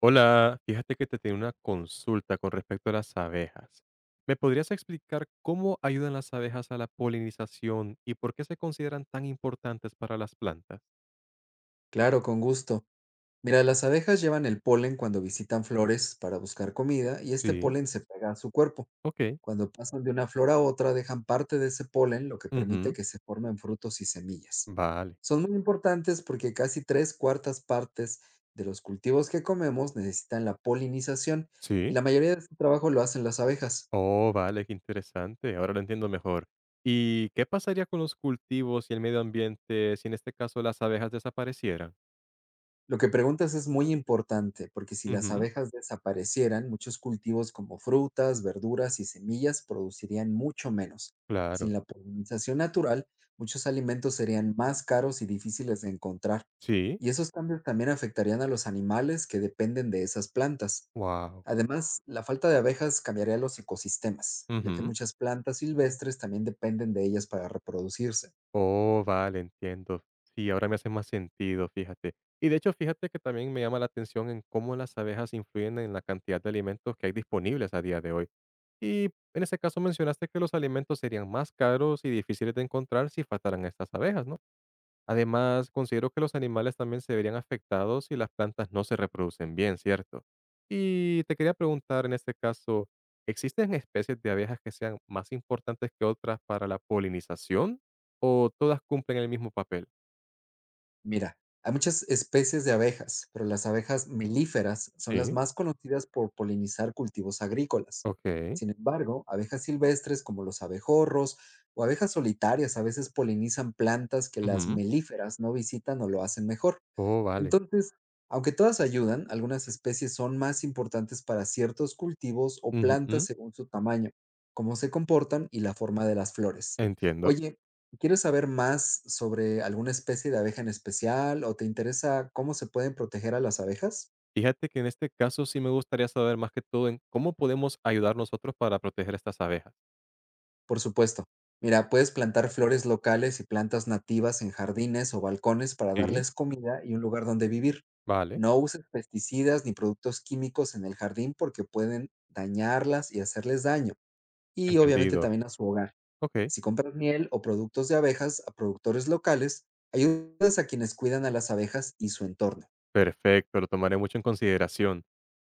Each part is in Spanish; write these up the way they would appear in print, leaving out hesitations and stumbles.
Hola, fíjate que te tengo una consulta con respecto a las abejas. ¿Me podrías explicar cómo ayudan las abejas a la polinización y por qué se consideran tan importantes para las plantas? Claro, con gusto. Mira, las abejas llevan el polen cuando visitan flores para buscar comida y este Sí, polen se pega a su cuerpo. ok. Cuando pasan de una flor a otra, dejan parte de ese polen, lo que permite Ujú, que se formen frutos y semillas. vale. Son muy importantes porque casi tres cuartas partes de los cultivos que comemos necesitan la polinización y Sí. la mayoría de este trabajo lo hacen las abejas. Oh, vale, qué interesante. Ahora lo entiendo mejor. ¿Y qué pasaría con los cultivos y el medio ambiente si en este caso las abejas desaparecieran? Lo que preguntas es muy importante, porque si las Ujú, abejas desaparecieran, muchos cultivos como frutas, verduras y semillas producirían mucho menos. claro. Sin la polinización natural, muchos alimentos serían más caros y difíciles de encontrar. Sí. Y esos cambios también afectarían a los animales que dependen de esas plantas. Wow. Además, la falta de abejas cambiaría los ecosistemas, ya que muchas plantas silvestres también dependen de ellas para reproducirse. Oh, vale, entiendo. Sí, ahora me hace más sentido, fíjate. Y de hecho, fíjate que también me llama la atención en cómo las abejas influyen en la cantidad de alimentos que hay disponibles a día de hoy. Y en ese caso mencionaste que los alimentos serían más caros y difíciles de encontrar si faltaran estas abejas, ¿no? Además, considero que los animales también se verían afectados si las plantas no se reproducen bien, ¿cierto? Y te quería preguntar en este caso, ¿existen especies de abejas que sean más importantes que otras para la polinización? ¿O todas cumplen el mismo papel? Mira, hay muchas especies de abejas, pero las abejas melíferas son las Sí, más conocidas por polinizar cultivos agrícolas. ok. Sin embargo, abejas silvestres como los abejorros o abejas solitarias a veces polinizan plantas que las Ujú, melíferas no visitan o lo hacen mejor. oh, vale. Entonces, aunque todas ayudan, algunas especies son más importantes para ciertos cultivos o plantas Ujú, según su tamaño, cómo se comportan y la forma de las flores. entiendo. Oye, ¿quieres saber más sobre alguna especie de abeja en especial o te interesa cómo se pueden proteger a las abejas? Fíjate que en este caso sí me gustaría saber más que todo en cómo podemos ayudar nosotros para proteger estas abejas. Por supuesto. Mira, puedes plantar flores locales y plantas nativas en jardines o balcones para Sí, darles comida y un lugar donde vivir. vale. No uses pesticidas ni productos químicos en el jardín porque pueden dañarlas y hacerles daño. Y obviamente Entendido. también a su hogar. Ok. Si compras miel o productos de abejas a productores locales, ayudas a quienes cuidan a las abejas y su entorno. Perfecto, lo tomaré mucho en consideración.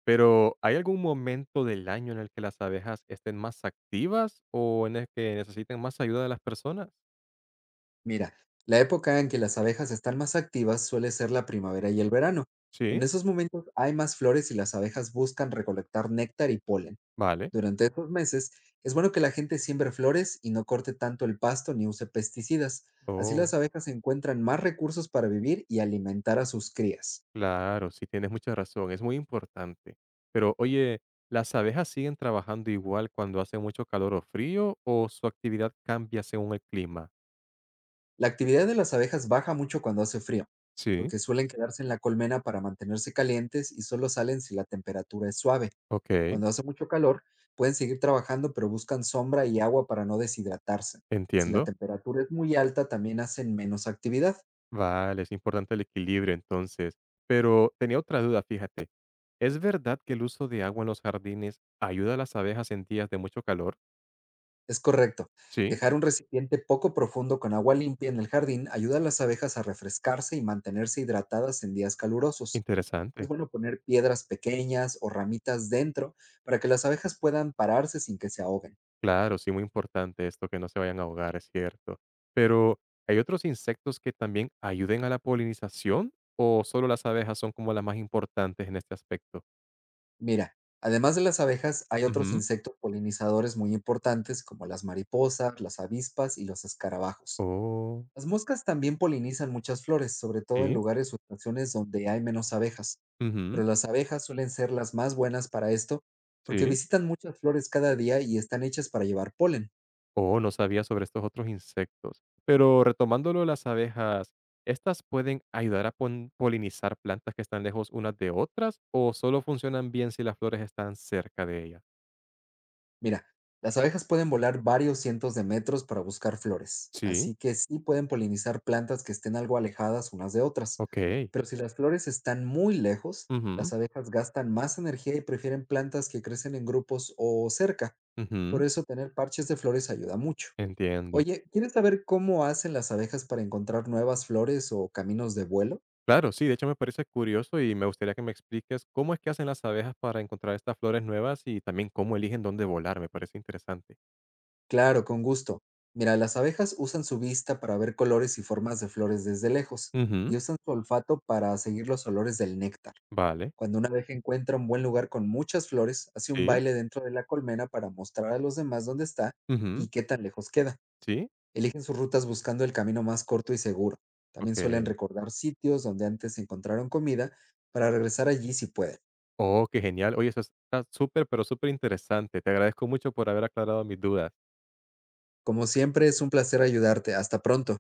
Pero, ¿hay algún momento del año en el que las abejas estén más activas o en el que necesiten más ayuda de las personas? Mira, la época en que las abejas están más activas suele ser la primavera y el verano. En Sí, esos momentos hay más flores y las abejas buscan recolectar néctar y polen. vale. Durante estos meses es bueno que la gente siembre flores y no corte tanto el pasto ni use pesticidas. Así las Oh, abejas encuentran más recursos para vivir y alimentar a sus crías. claro, sí, tienes mucha razón, es muy importante. Pero, oye, ¿las abejas siguen trabajando igual cuando hace mucho calor o frío o su actividad cambia según el clima? La actividad de las abejas baja mucho cuando hace frío, Sí, porque suelen quedarse en la colmena para mantenerse calientes y solo salen si la temperatura es suave. ok, Cuando hace mucho calor, pueden seguir trabajando, pero buscan sombra y agua para no deshidratarse. Si la entiendo. temperatura es muy alta, también hacen menos actividad. Vale, es importante el equilibrio entonces. Pero tenía otra duda, fíjate. ¿Es verdad que el uso de agua en los jardines ayuda a las abejas en días de mucho calor? Es correcto. Sí, Dejar un recipiente poco profundo con agua limpia en el jardín ayuda a las abejas a refrescarse y mantenerse hidratadas en días calurosos. Es interesante. bueno poner piedras pequeñas o ramitas dentro para que las abejas puedan pararse sin que se ahoguen. Claro, sí, muy importante esto, que no se vayan a ahogar, es cierto. Pero, ¿hay otros insectos que también ayuden a la polinización o solo las abejas son como las más importantes en este aspecto? Mira, además de las abejas, hay otros Ujú. insectos polinizadores muy importantes como las mariposas, las avispas y los escarabajos. Oh, Las moscas también polinizan muchas flores, sobre todo en sí. lugares o estaciones donde hay menos abejas, Ujú, pero las abejas suelen ser las más buenas para esto porque sí. visitan muchas flores cada día y están hechas para llevar polen. Oh, no sabía sobre estos otros insectos. Pero retomándolo, las abejas, ¿estas pueden ayudar a polinizar plantas que están lejos unas de otras o solo funcionan bien si las flores están cerca de ellas? Mira, las abejas pueden volar varios cientos de metros para buscar flores, Sí, así que sí pueden polinizar plantas que estén algo alejadas unas de otras, ok. pero si las flores están muy lejos, Ujú, las abejas gastan más energía y prefieren plantas que crecen en grupos o cerca. Por ujú, eso tener parches de flores ayuda mucho. entiendo. Oye, ¿quieres saber cómo hacen las abejas para encontrar nuevas flores o caminos de vuelo? Claro, sí, de hecho me parece curioso y me gustaría que me expliques cómo es que hacen las abejas para encontrar estas flores nuevas y también cómo eligen dónde volar, me parece interesante. Claro, con gusto. Mira, las abejas usan su vista para ver colores y formas de flores desde lejos Ujú, y usan su olfato para seguir los olores del néctar. vale, Cuando una abeja encuentra un buen lugar con muchas flores, hace un sí, baile dentro de la colmena para mostrar a los demás dónde está ujú, y qué tan lejos queda. sí, Eligen sus rutas buscando el camino más corto y seguro. También suelen ok. recordar sitios donde antes encontraron comida para regresar allí si pueden. Oh, qué genial. Oye, eso está súper, pero súper interesante. Te agradezco mucho por haber aclarado mis dudas. Como siempre, es un placer ayudarte. Hasta pronto.